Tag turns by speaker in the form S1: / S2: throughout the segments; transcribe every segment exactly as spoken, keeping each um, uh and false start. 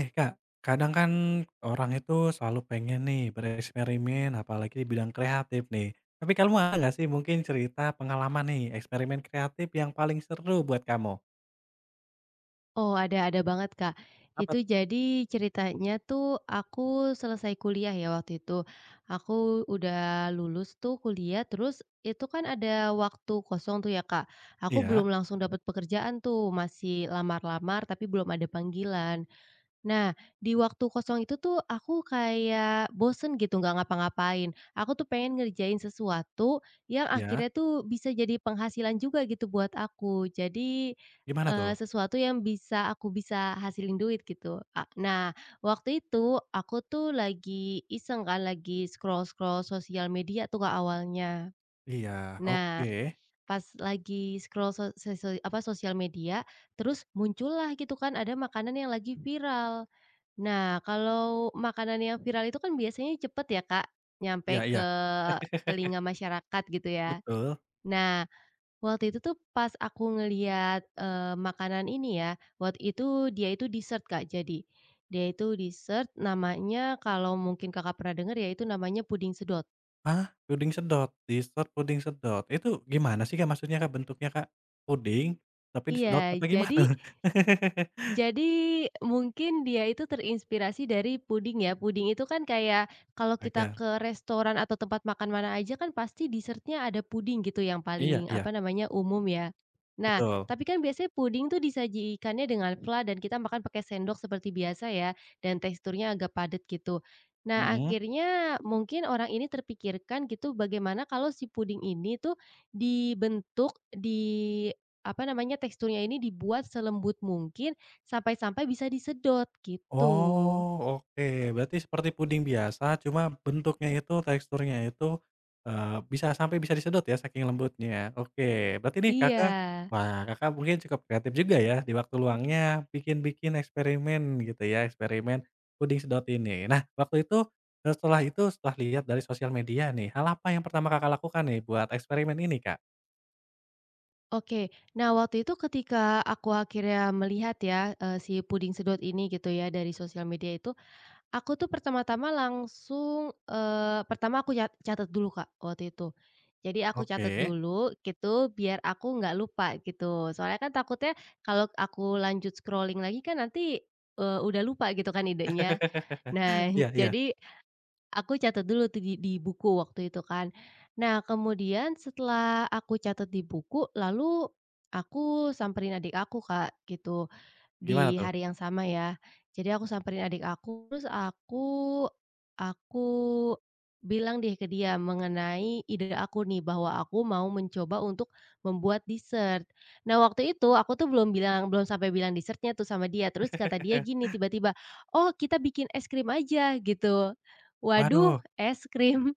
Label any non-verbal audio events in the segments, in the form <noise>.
S1: Eh Kak, kadang kan orang itu selalu pengen nih bereksperimen apalagi di bidang kreatif nih. Tapi kamu ada nggak sih mungkin cerita pengalaman nih eksperimen kreatif yang paling seru buat kamu?
S2: Oh, ada ada banget, Kak.
S1: Apa
S2: Itu jadi ceritanya tuh aku selesai kuliah ya waktu itu. Aku udah lulus tuh kuliah, terus itu kan ada waktu kosong tuh ya, Kak. Aku
S1: iya,
S2: belum langsung dapat pekerjaan tuh, masih lamar-lamar tapi belum ada panggilan. Nah, di waktu kosong itu tuh aku kayak bosen gitu nggak ngapa-ngapain. Aku tuh pengen ngerjain sesuatu yang
S1: iya,
S2: akhirnya tuh bisa jadi penghasilan juga gitu buat aku. Jadi,
S1: gimana
S2: eee,
S1: tuh?
S2: sesuatu yang bisa aku bisa hasilin duit gitu. A nah, waktu itu aku tuh lagi iseng kan, lagi scroll-scroll sosial media tuh Kak awalnya.
S1: Iya,
S2: Nah,
S1: oke.
S2: pas lagi scroll so sosio apa, sosial media, terus muncullah gitu kan ada makanan yang lagi viral. Nah, kalau makanan yang viral itu kan biasanya cepet ya, Kak,
S1: Iya
S2: nyampe
S1: iya,
S2: ke telinga masyarakat gitu ya.
S1: betul.
S2: Nah, waktu itu tuh pas aku ngeliat eee, makanan ini ya, waktu itu dia itu dessert, Kak, jadi. Dia itu dessert namanya, kalau mungkin Kakak pernah denger ya, itu namanya puding sedot.
S1: Hah? Puding sedot, dessert puding sedot. Itu gimana sih Kak maksudnya Kak bentuknya Kak? Puding tapi disedot
S2: Iya,
S1: apa
S2: jadi
S1: gimana? <laughs>
S2: Jadi, mungkin dia itu terinspirasi dari puding ya, puding itu kan kayak kalau kita
S1: Agak.
S2: ke restoran atau tempat makan mana aja kan pasti dessertnya ada puding gitu yang
S1: Iya
S2: paling,
S1: iya,
S2: apa namanya, umum ya. Nah,
S1: betul.
S2: tapi kan biasanya puding tuh disajikannya dengan pla dan kita makan pakai sendok seperti biasa ya, dan teksturnya agak padat gitu. Nah,
S1: Mhm.
S2: akhirnya mungkin orang ini terpikirkan gitu bagaimana kalau si puding ini tuh dibentuk di apa namanya, teksturnya ini dibuat selembut mungkin, sampai-sampai bisa disedot, gitu.
S1: Oh, oke. Berarti seperti puding biasa, cuma bentuknya itu, teksturnya itu, eee, bisa sampai bisa disedot ya, saking lembutnya. Oke, berarti nih
S2: Iya.
S1: Kakak wah, Kakak mungkin cukup kreatif juga ya, di waktu luangnya bikin-bikin eksperimen gitu ya, eksperimen puding sedot ini. Nah, waktu itu eh, setelah itu, setelah lihat dari sosial media nih, hal apa yang pertama Kakak lakukan nih buat eksperimen ini, Kak?
S2: Oke. Nah, waktu itu ketika aku akhirnya melihat ya, eee, si puding sedot ini gitu ya dari sosial media itu, aku tuh pertama-tama langsung, eee, pertama aku cat catat dulu, Kak, waktu itu. Jadi aku catat
S1: Oke.
S2: dulu gitu biar aku nggak lupa gitu. Soalnya kan takutnya kalau aku lanjut scrolling lagi kan nanti, eee, udah lupa gitu kan idenya. Nah,
S1: <laughs> Iya
S2: <laughs>
S1: iya,
S2: jadi aku catat dulu tuh di di buku waktu itu kan. Nah, kemudian setelah aku catat di buku, lalu aku samperin adik aku, Kak, gitu.
S1: gimana
S2: Di
S1: tuh?
S2: hari yang sama ya. Jadi aku samperin adik aku, terus aku aku bilang deh ke dia mengenai ide aku nih bahwa aku mau mencoba untuk membuat dessert. Nah, waktu itu aku tuh belum bilang belum sampai bilang dessertnya tuh sama dia, terus kata dia
S1: <laughs>
S2: gini tiba-tiba, "Oh, kita bikin es krim aja," gitu. Waduh,
S1: Waduh.
S2: es krim,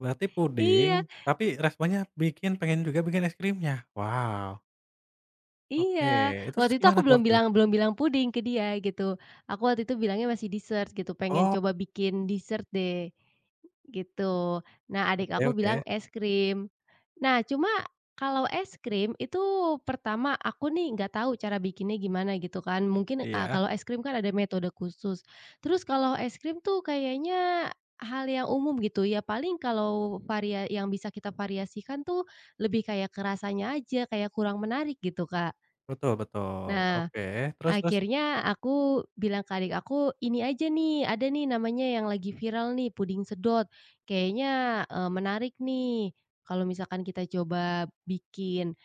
S1: Berarti
S2: <laughs> iya.
S1: puding, tapi responnya bikin pengen juga bikin es krimnya? Wow, oke.
S2: Iya,
S1: Terus
S2: waktu itu
S1: gimana
S2: aku
S1: tuh
S2: belum
S1: waktu itu?
S2: bilang belum bilang puding ke dia gitu. Aku waktu itu bilangnya masih dessert gitu, pengen
S1: Oh,
S2: coba bikin dessert deh, gitu. Nah, adik
S1: oke
S2: aku
S1: oke.
S2: bilang es krim. Nah, cuma kalau es krim itu, pertama aku nih nggak tahu cara bikinnya gimana gitu kan. Mungkin, eee,
S1: Iya,
S2: kalau es krim kan ada metode khusus. Terus kalau es krim tuh kayaknya hal yang umum gitu ya, paling kalau varia yang bisa kita variasikan tuh lebih kayak kerasanya aja, kayak kurang menarik gitu, Kak.
S1: betul betul.
S2: Nah,
S1: Oke, terus terus?
S2: akhirnya aku bilang ke adik aku, "Ini aja nih, ada nih namanya yang lagi viral nih, puding sedot. Kayaknya, eee, menarik nih, kalau misalkan kita coba bikin."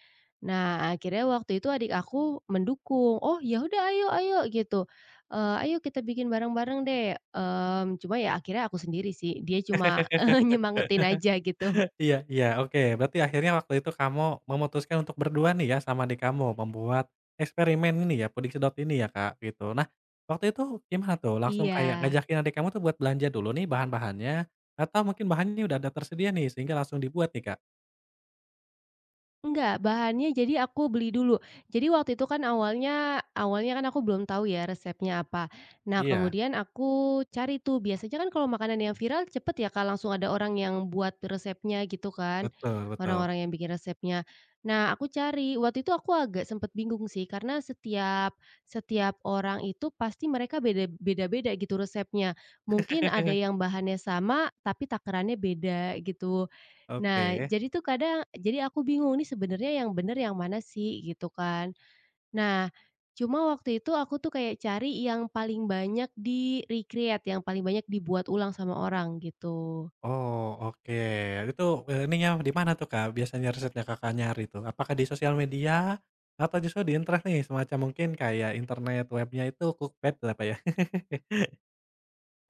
S2: Nah, akhirnya waktu itu adik aku mendukung, "Oh, ya udah, ayo ayo," gitu, eee, "Ayo kita bikin bareng-bareng deh." Mmm, cuma ya akhirnya aku sendiri sih, dia cuma <laughs> nyemangetin aja gitu.
S1: Iya iya, oke. Berarti akhirnya waktu itu kamu memutuskan untuk berdua nih ya sama adik kamu membuat eksperimen ini ya, puding sedot ini ya, Kak, gitu. Nah, waktu itu gimana tuh? Langsung
S2: Iya.
S1: kayak ngajakin adik kamu tuh buat belanja dulu nih bahan-bahannya, atau mungkin bahannya udah ada tersedia nih sehingga langsung dibuat nih, Kak?
S2: Enggak, bahannya jadi aku beli dulu. Jadi waktu itu kan awalnya awalnya kan aku belum tahu ya resepnya apa. Nah,
S1: Iya,
S2: kemudian aku cari tuh, biasanya kan kalau makanan yang viral cepet ya Kak, langsung ada orang yang buat resepnya gitu kan,
S1: betul betul.
S2: orang-orang yang bikin resepnya. Nah, aku cari, waktu itu aku agak sempet bingung sih, karena setiap setiap orang itu pasti mereka beda beda-beda gitu resepnya. Mungkin ada
S1: <laughs>
S2: yang bahannya sama tapi takarannya beda gitu. Nah,
S1: Oke.
S2: jadi tuh kadang jadi aku bingung nih sebenarnya yang bener yang mana sih gitu kan. Nah, cuma waktu itu aku tuh kayak cari yang paling banyak di-recreate, yang paling banyak dibuat ulang sama orang gitu.
S1: Oh, oke. Itu, eee, ininya di mana tuh, Kak, biasanya risetnya Kakak nyari tuh? Apakah di sosial media atau justru di internet nih, semacam mungkin kayak internet webnya itu Cookpad apa ya? <laughs>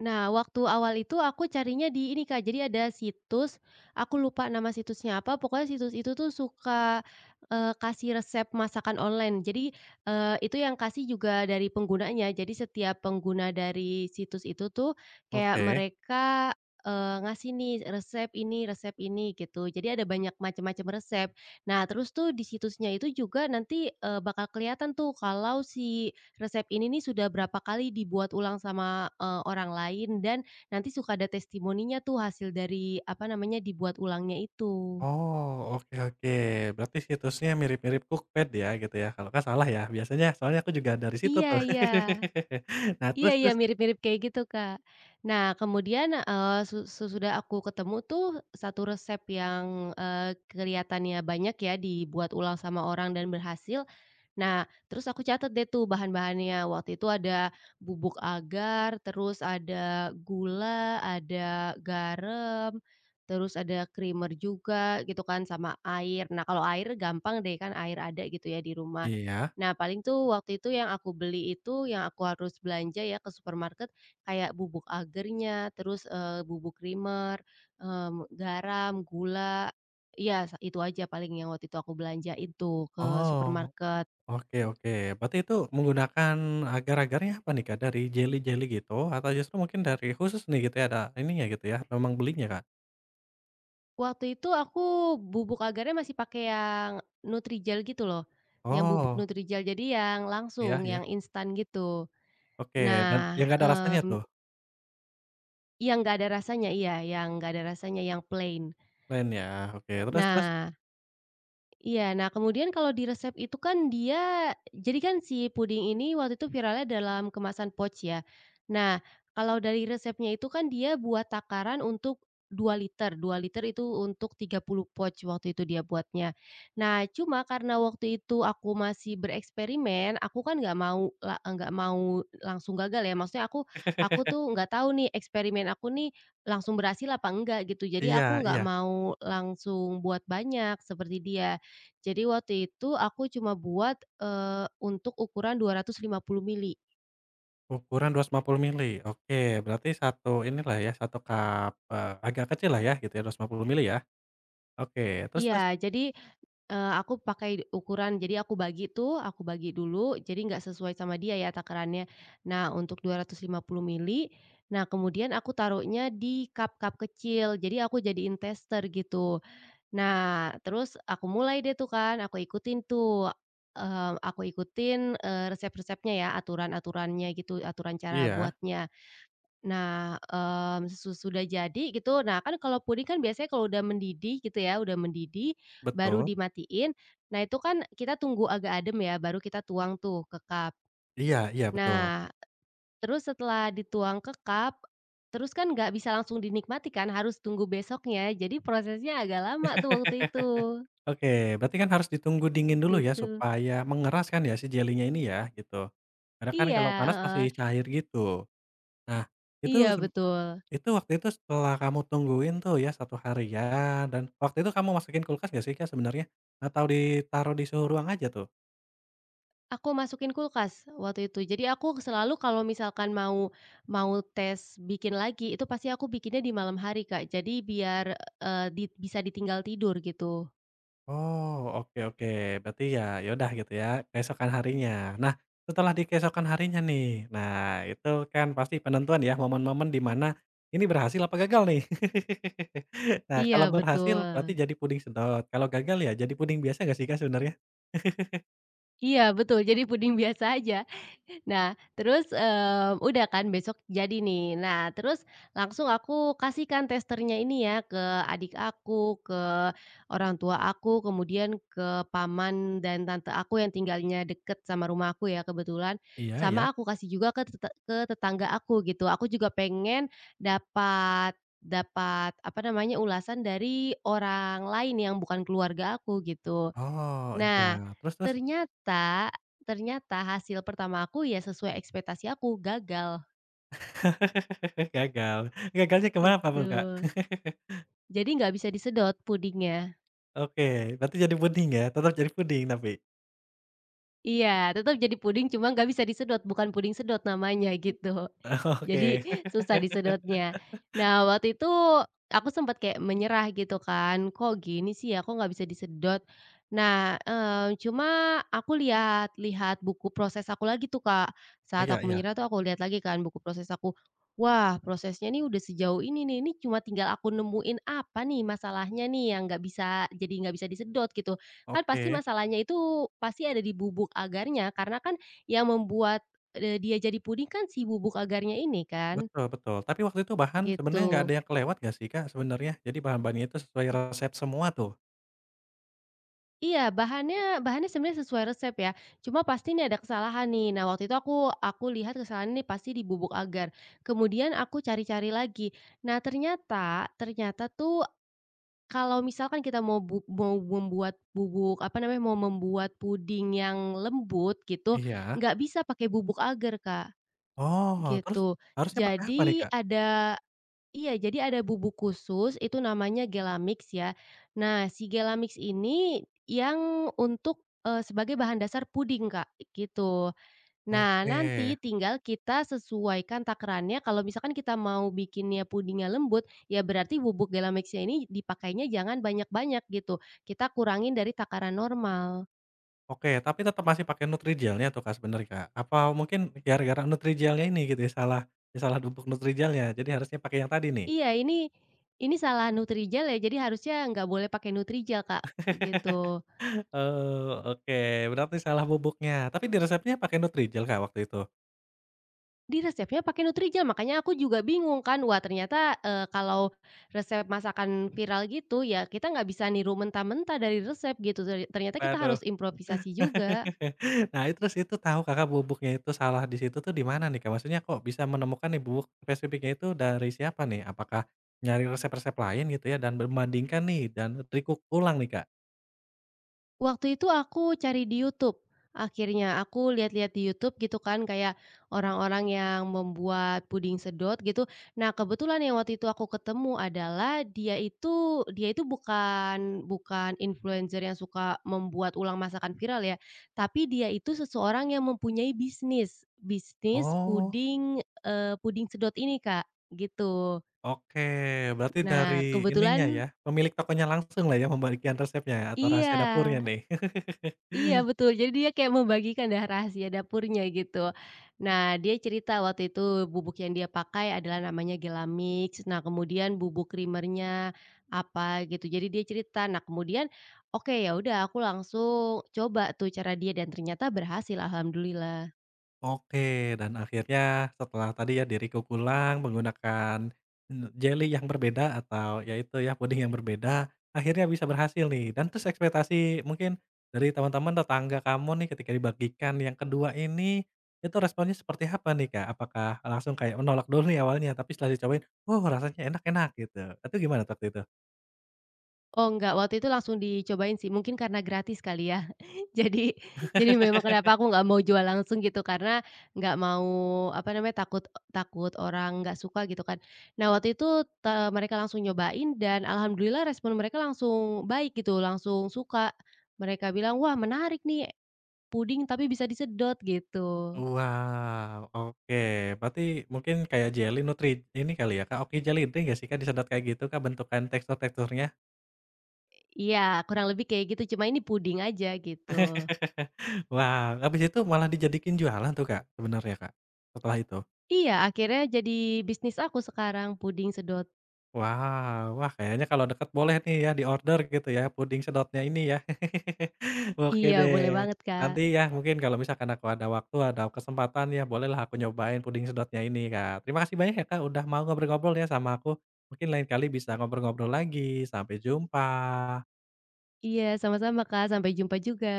S2: Nah, waktu awal itu aku carinya di ini Kak, jadi ada situs, aku lupa nama situsnya apa, pokoknya situs itu tuh suka, eee, kasih resep masakan online. Jadi, eee, itu yang kasih juga dari penggunanya, jadi setiap pengguna dari situs itu tuh kayak
S1: Oke.
S2: mereka, eee, ngasih nih resep ini resep ini gitu, jadi ada banyak macam-macam resep. Nah, terus tuh di situsnya itu juga nanti, eee, bakal kelihatan tuh kalau si resep ini nih sudah berapa kali dibuat ulang sama, eee, orang lain, dan nanti suka ada testimoninya tuh hasil dari apa namanya, dibuat ulangnya itu.
S1: Oh, oke oke. Berarti situsnya mirip-mirip Cookpad ya, gitu ya? Kalau nggak salah ya, biasanya soalnya aku juga dari situ
S2: Iya
S1: tuh.
S2: iya.
S1: <laughs> Nah,
S2: Iya
S1: terus
S2: iya,
S1: terus?
S2: mirip-mirip kayak gitu, Kak. Nah, kemudian, eee, su sesudah aku ketemu tuh satu resep yang, eee, kelihatannya banyak ya dibuat ulang sama orang dan berhasil, nah, terus aku catet deh tuh bahan-bahannya. Waktu itu ada bubuk agar, terus ada gula, ada garam, terus ada creamer juga gitu kan sama air. Nah, kalau air gampang deh kan, air ada gitu ya di rumah.
S1: Iya.
S2: Nah, paling tuh waktu itu yang aku beli itu yang aku harus belanja ya ke supermarket, kayak bubuk agarnya, terus eh, bubuk creamer, em, garam, gula. Iya, sa- itu aja paling yang waktu itu aku belanja itu ke
S1: Oh.
S2: supermarket.
S1: Oke oke, berarti itu menggunakan agar-agarnya apa nih, Kak? Dari jelly-jelly gitu atau justru mungkin dari khusus nih gitu ya, ada ininya gitu ya, memang belinya, Kak?
S2: Waktu itu aku bubuk agarnya masih pakai yang Nutrijel gitu loh, yang bubuk
S1: Oh,
S2: Nutrijel, jadi yang
S1: iya
S2: langsung,
S1: iya,
S2: yang instan gitu.
S1: oke, dan yang
S2: Nah,
S1: nggak ada rasanya
S2: mmm,
S1: tuh?
S2: yang nggak ada rasanya iya, yang nggak ada rasanya, yang plain.
S1: Plain ya, oke, terus terus?
S2: Nah, iya, nah kemudian kalau di resep itu kan dia, jadi kan si puding ini waktu itu viralnya dalam kemasan pouch ya. Nah, kalau dari resepnya itu kan dia buat takaran untuk dua liter, dua liter itu untuk tiga puluh pouch waktu itu dia buatnya. Nah, cuma karena waktu itu aku masih bereksperimen, aku kan nggak mau la nggak mau langsung gagal ya, maksudnya aku aku tuh nggak tahu nih eksperimen aku nih langsung berhasil apa enggak gitu. Jadi
S1: Iya
S2: aku nggak
S1: iya,
S2: mau langsung buat banyak seperti dia. Jadi waktu itu aku cuma buat, eee, untuk ukuran 250 mili.
S1: ukuran dua ratus lima puluh mili, oke, berarti satu inilah ya, satu cup, eee, agak kecil lah ya gitu ya, dua ratus lima puluh mili ya? Oke, terus terus?
S2: Iya, jadi, eee, aku pakai ukuran, jadi aku bagi tuh, aku bagi dulu, jadi nggak sesuai sama dia ya takarannya. Nah, untuk 250 mili, nah kemudian aku taruhnya di cup-cup kecil, jadi aku jadiin tester gitu. Nah, terus aku mulai deh tuh kan, aku ikutin tuh, eee, aku ikutin, eee, resep-resepnya ya, aturan-aturannya gitu, aturan cara
S1: Iya,
S2: buatnya. Nah, mmm, sesudah jadi gitu, nah kan kalau puding kan biasanya kalau udah mendidih gitu ya, udah mendidih baru
S1: betul.
S2: dimatiin. Nah itu kan kita tunggu agak adem ya, baru kita tuang tuh ke cup.
S1: Iya iya, betul.
S2: Nah, terus setelah dituang ke cup, terus kan nggak bisa langsung dinikmati kan, harus tunggu besoknya. Jadi prosesnya agak lama tuh waktu itu,
S1: Oke, berarti kan harus ditunggu dingin dulu ya
S2: gitu.
S1: supaya mengeras kan ya si jelinya ini ya, gitu. Karena kan
S2: Iya,
S1: kalau panas masih
S2: heeh.
S1: cair gitu. Nah, itu
S2: Iya,
S1: seb
S2: betul.
S1: itu waktu itu setelah kamu tungguin tuh ya satu harian dan waktu itu kamu masukin kulkas nggak sih Kak sebenarnya? Atau ditaruh di suhu ruang aja tuh?
S2: Aku masukin kulkas waktu itu. Jadi aku selalu kalau misalkan mau mau tes bikin lagi, itu pasti aku bikinnya di malam hari, Kak. Jadi biar, eee, di bisa ditinggal tidur gitu.
S1: Oh, oke oke. Berarti ya, ya udah gitu ya, keesokan harinya. Nah, setelah di keesokan harinya nih, nah itu kan pasti penentuan ya momen-momen di mana ini berhasil apa gagal nih. <laughs> Nah,
S2: Iya
S1: kalau berhasil
S2: betul.
S1: berarti jadi puding sedot, kalau gagal ya jadi puding biasa nggak sih Kak sebenarnya?
S2: Iya betul, jadi puding biasa aja. Nah, terus, eee, udah kan besok jadi nih. Nah, terus langsung aku kasihkan testernya ini ya ke adik aku, ke orang tua aku, kemudian ke paman dan tante aku yang tinggalnya deket sama rumah aku ya kebetulan,
S1: Iya ya.
S2: sama aku kasih juga ke tete ke tetangga aku gitu. Aku juga pengen dapat dapat apa namanya, ulasan dari orang lain yang bukan keluarga aku gitu.
S1: Oh, iya.
S2: Nah,
S1: Terus terus?
S2: ternyata ternyata hasil pertama aku ya sesuai ekspektasi aku, gagal,
S1: <laughs> Gagal. Gagalnya ke mana
S2: gitu.
S1: tuh Kak? <laughs>
S2: Jadi nggak bisa disedot pudingnya.
S1: Oke, berarti jadi puding ya, tetap jadi puding tapi?
S2: Iya, tetap jadi puding cuma nggak bisa disedot, bukan puding sedot namanya gitu.
S1: <laughs>
S2: Jadi
S1: Oke.
S2: susah disedotnya. Nah, waktu itu aku sempat kayak menyerah gitu kan, "Kok gini sih ya, kok nggak bisa disedot?" Nah, eee, cuma aku lihat-lihat buku proses aku lagi tuh, Kak.
S1: Oh,
S2: Saat
S1: iya
S2: aku
S1: iya.
S2: menyerah tuh aku lihat lagi kan buku proses aku. Wah, prosesnya nih udah sejauh ini nih, ini cuma tinggal aku nemuin apa nih masalahnya nih yang nggak bisa jadi nggak bisa disedot gitu. Kan pasti
S1: Oke.
S2: masalahnya itu, pasti ada di bubuk agarnya, karena kan yang membuat, eee, dia jadi puding kan si bubuk agarnya ini kan,
S1: Betul betul. Tapi waktu itu bahan sebenarnya nggak ada
S2: gitu.
S1: yang kelewat nggak sih, Kak, sebenarnya? Jadi bahan-bahannya itu sesuai resep semua tuh?
S2: Iya, bahannya bahannya sebenarnya sesuai resep ya, cuma pasti nih ada kesalahan nih. Nah, waktu itu aku aku lihat kesalahannya nih pasti di bubuk agar. Kemudian aku cari-cari lagi. Nah, ternyata ternyata tuh kalau misalkan kita mau bu mau membuat bubuk, apa namanya, mau membuat puding yang lembut gitu,
S1: Iya.
S2: nggak bisa pakai bubuk agar, Kak.
S1: Oh, terus
S2: Gitu.
S1: harusnya pakai apa nih,
S2: Jadi
S1: Kak?
S2: ada iya, jadi ada bubuk khusus itu namanya Gelamix ya. Nah, si Gelamix ini yang untuk, eee, sebagai bahan dasar puding, Kak, gitu. Nah,
S1: Oke
S2: nanti tinggal kita sesuaikan takarannya, kalau misalkan kita mau bikinnya pudingnya lembut, ya berarti bubuk gelamixnya ini dipakainya jangan banyak-banyak gitu, kita kurangin dari takaran normal.
S1: oke, tapi tetap masih pakai Nutrigelnya tuh, Kak, sebenarnya, Kak? Apa mungkin gara-gara Nutrigelnya ini gitu ya salah ya salah bubuk Nutrigelnya, jadi harusnya pakai yang tadi nih?
S2: Iya, ini ini salah Nutrijel ya, jadi harusnya nggak boleh pakai Nutrijel, Kak, gitu.
S1: <laughs> Oh, oke, berarti salah bubuknya. Tapi di resepnya pakai Nutrigel, Kak, waktu itu?
S2: Di resepnya pakai Nutrijel, makanya aku juga bingung kan, wah ternyata, eee, kalau resep masakan viral gitu, ya kita nggak bisa niru mentah-mentah dari resep gitu, ter ternyata kita harus
S1: Waduh.
S2: improvisasi juga.
S1: <laughs> Nah, itu terus itu tahu Kakak bubuknya itu salah di situ tuh di mana nih, Kak? Maksudnya kok bisa menemukan nih bubuk spesifiknya itu dari siapa nih? Apakah nyari resep-resep lain gitu ya dan membandingkan nih dan trikuk ulang nih, Kak?
S2: Waktu itu aku cari di YouTube, akhirnya aku lihat-lihat di YouTube gitu kan kayak orang-orang yang membuat puding sedot gitu. Nah, kebetulan yang waktu itu aku ketemu adalah dia itu dia itu bukan bukan influencer yang suka membuat ulang masakan viral ya, tapi dia itu seseorang yang mempunyai bisnis, bisnis
S1: Oh,
S2: puding, eee, puding sedot ini Kak, gitu.
S1: oke. Berarti dari
S2: Nah
S1: ininya ya,
S2: kebetulan
S1: pemilik tokonya langsung lah ya membagikan resepnya atau rahasia
S2: iya.
S1: dapurnya nih? <laughs>
S2: Iya betul, jadi dia kayak membagikan dah rahasia dapurnya gitu. Nah, dia cerita waktu itu bubuk yang dia pakai adalah namanya Gelamix, nah kemudian bubuk creamernya apa gitu. Jadi dia cerita, nah kemudian oke ya udah aku langsung coba tuh cara dia dan ternyata berhasil, alhamdulillah.
S1: Oke, dan akhirnya setelah tadi ya diriku pulang menggunakan n jeli yang berbeda atau yaitu ya puding yang berbeda, akhirnya bisa berhasil nih dan terus ekspektasi mungkin dari teman-teman tetangga kamu nih ketika dibagikan yang kedua ini, itu responnya seperti apa nih, Kak? Apakah langsung kayak menolak dulu nih awalnya tapi setelah dicobain, "Wow rasanya enak-enak," gitu. Itu gimana waktu itu?
S2: Oh enggak, waktu itu langsung dicobain sih, mungkin karena gratis kali ya. <laughs> Jadi jadi memang kenapa aku nggak mau jual langsung gitu, karena nggak mau, apa namanya, takut, takut orang nggak suka gitu kan. Nah, waktu itu te mereka langsung nyobain dan alhamdulillah respon mereka langsung baik gitu, langsung suka. Mereka bilang, "Wah menarik nih, puding tapi bisa disedot," gitu.
S1: Wow, oke. Berarti mungkin kayak jelly nutri ini kali ya, Kak, oke Jelly, ada nggak sih, Kak, disedot kayak gitu, Kak, bentukan tekstur-teksturnya?
S2: Iya, kurang lebih kayak gitu, cuma ini puding aja gitu.
S1: <laughs> Wow, habis itu malah dijadikan jualan tuh, Kak, sebenarnya, Kak, setelah itu?
S2: Iya, akhirnya jadi bisnis aku sekarang, puding sedot.
S1: Wow, wah kayaknya kalau deket boleh nih ya di order gitu ya puding sedotnya ini ya. <laughs> Oke
S2: Iya, boleh
S1: deh,
S2: banget, Kak.
S1: nanti ya mungkin kalau misalkan aku ada waktu, ada kesempatan ya bolehlah aku nyobain puding sedotnya ini, Kak. Terima kasih banyak ya, Kak, udah mau ngobrol-ngobrol ya sama aku. Mungkin lain kali bisa ngobrol-ngobrol lagi, sampai jumpa.
S2: Iya, sama-sama Kak, sampai jumpa juga.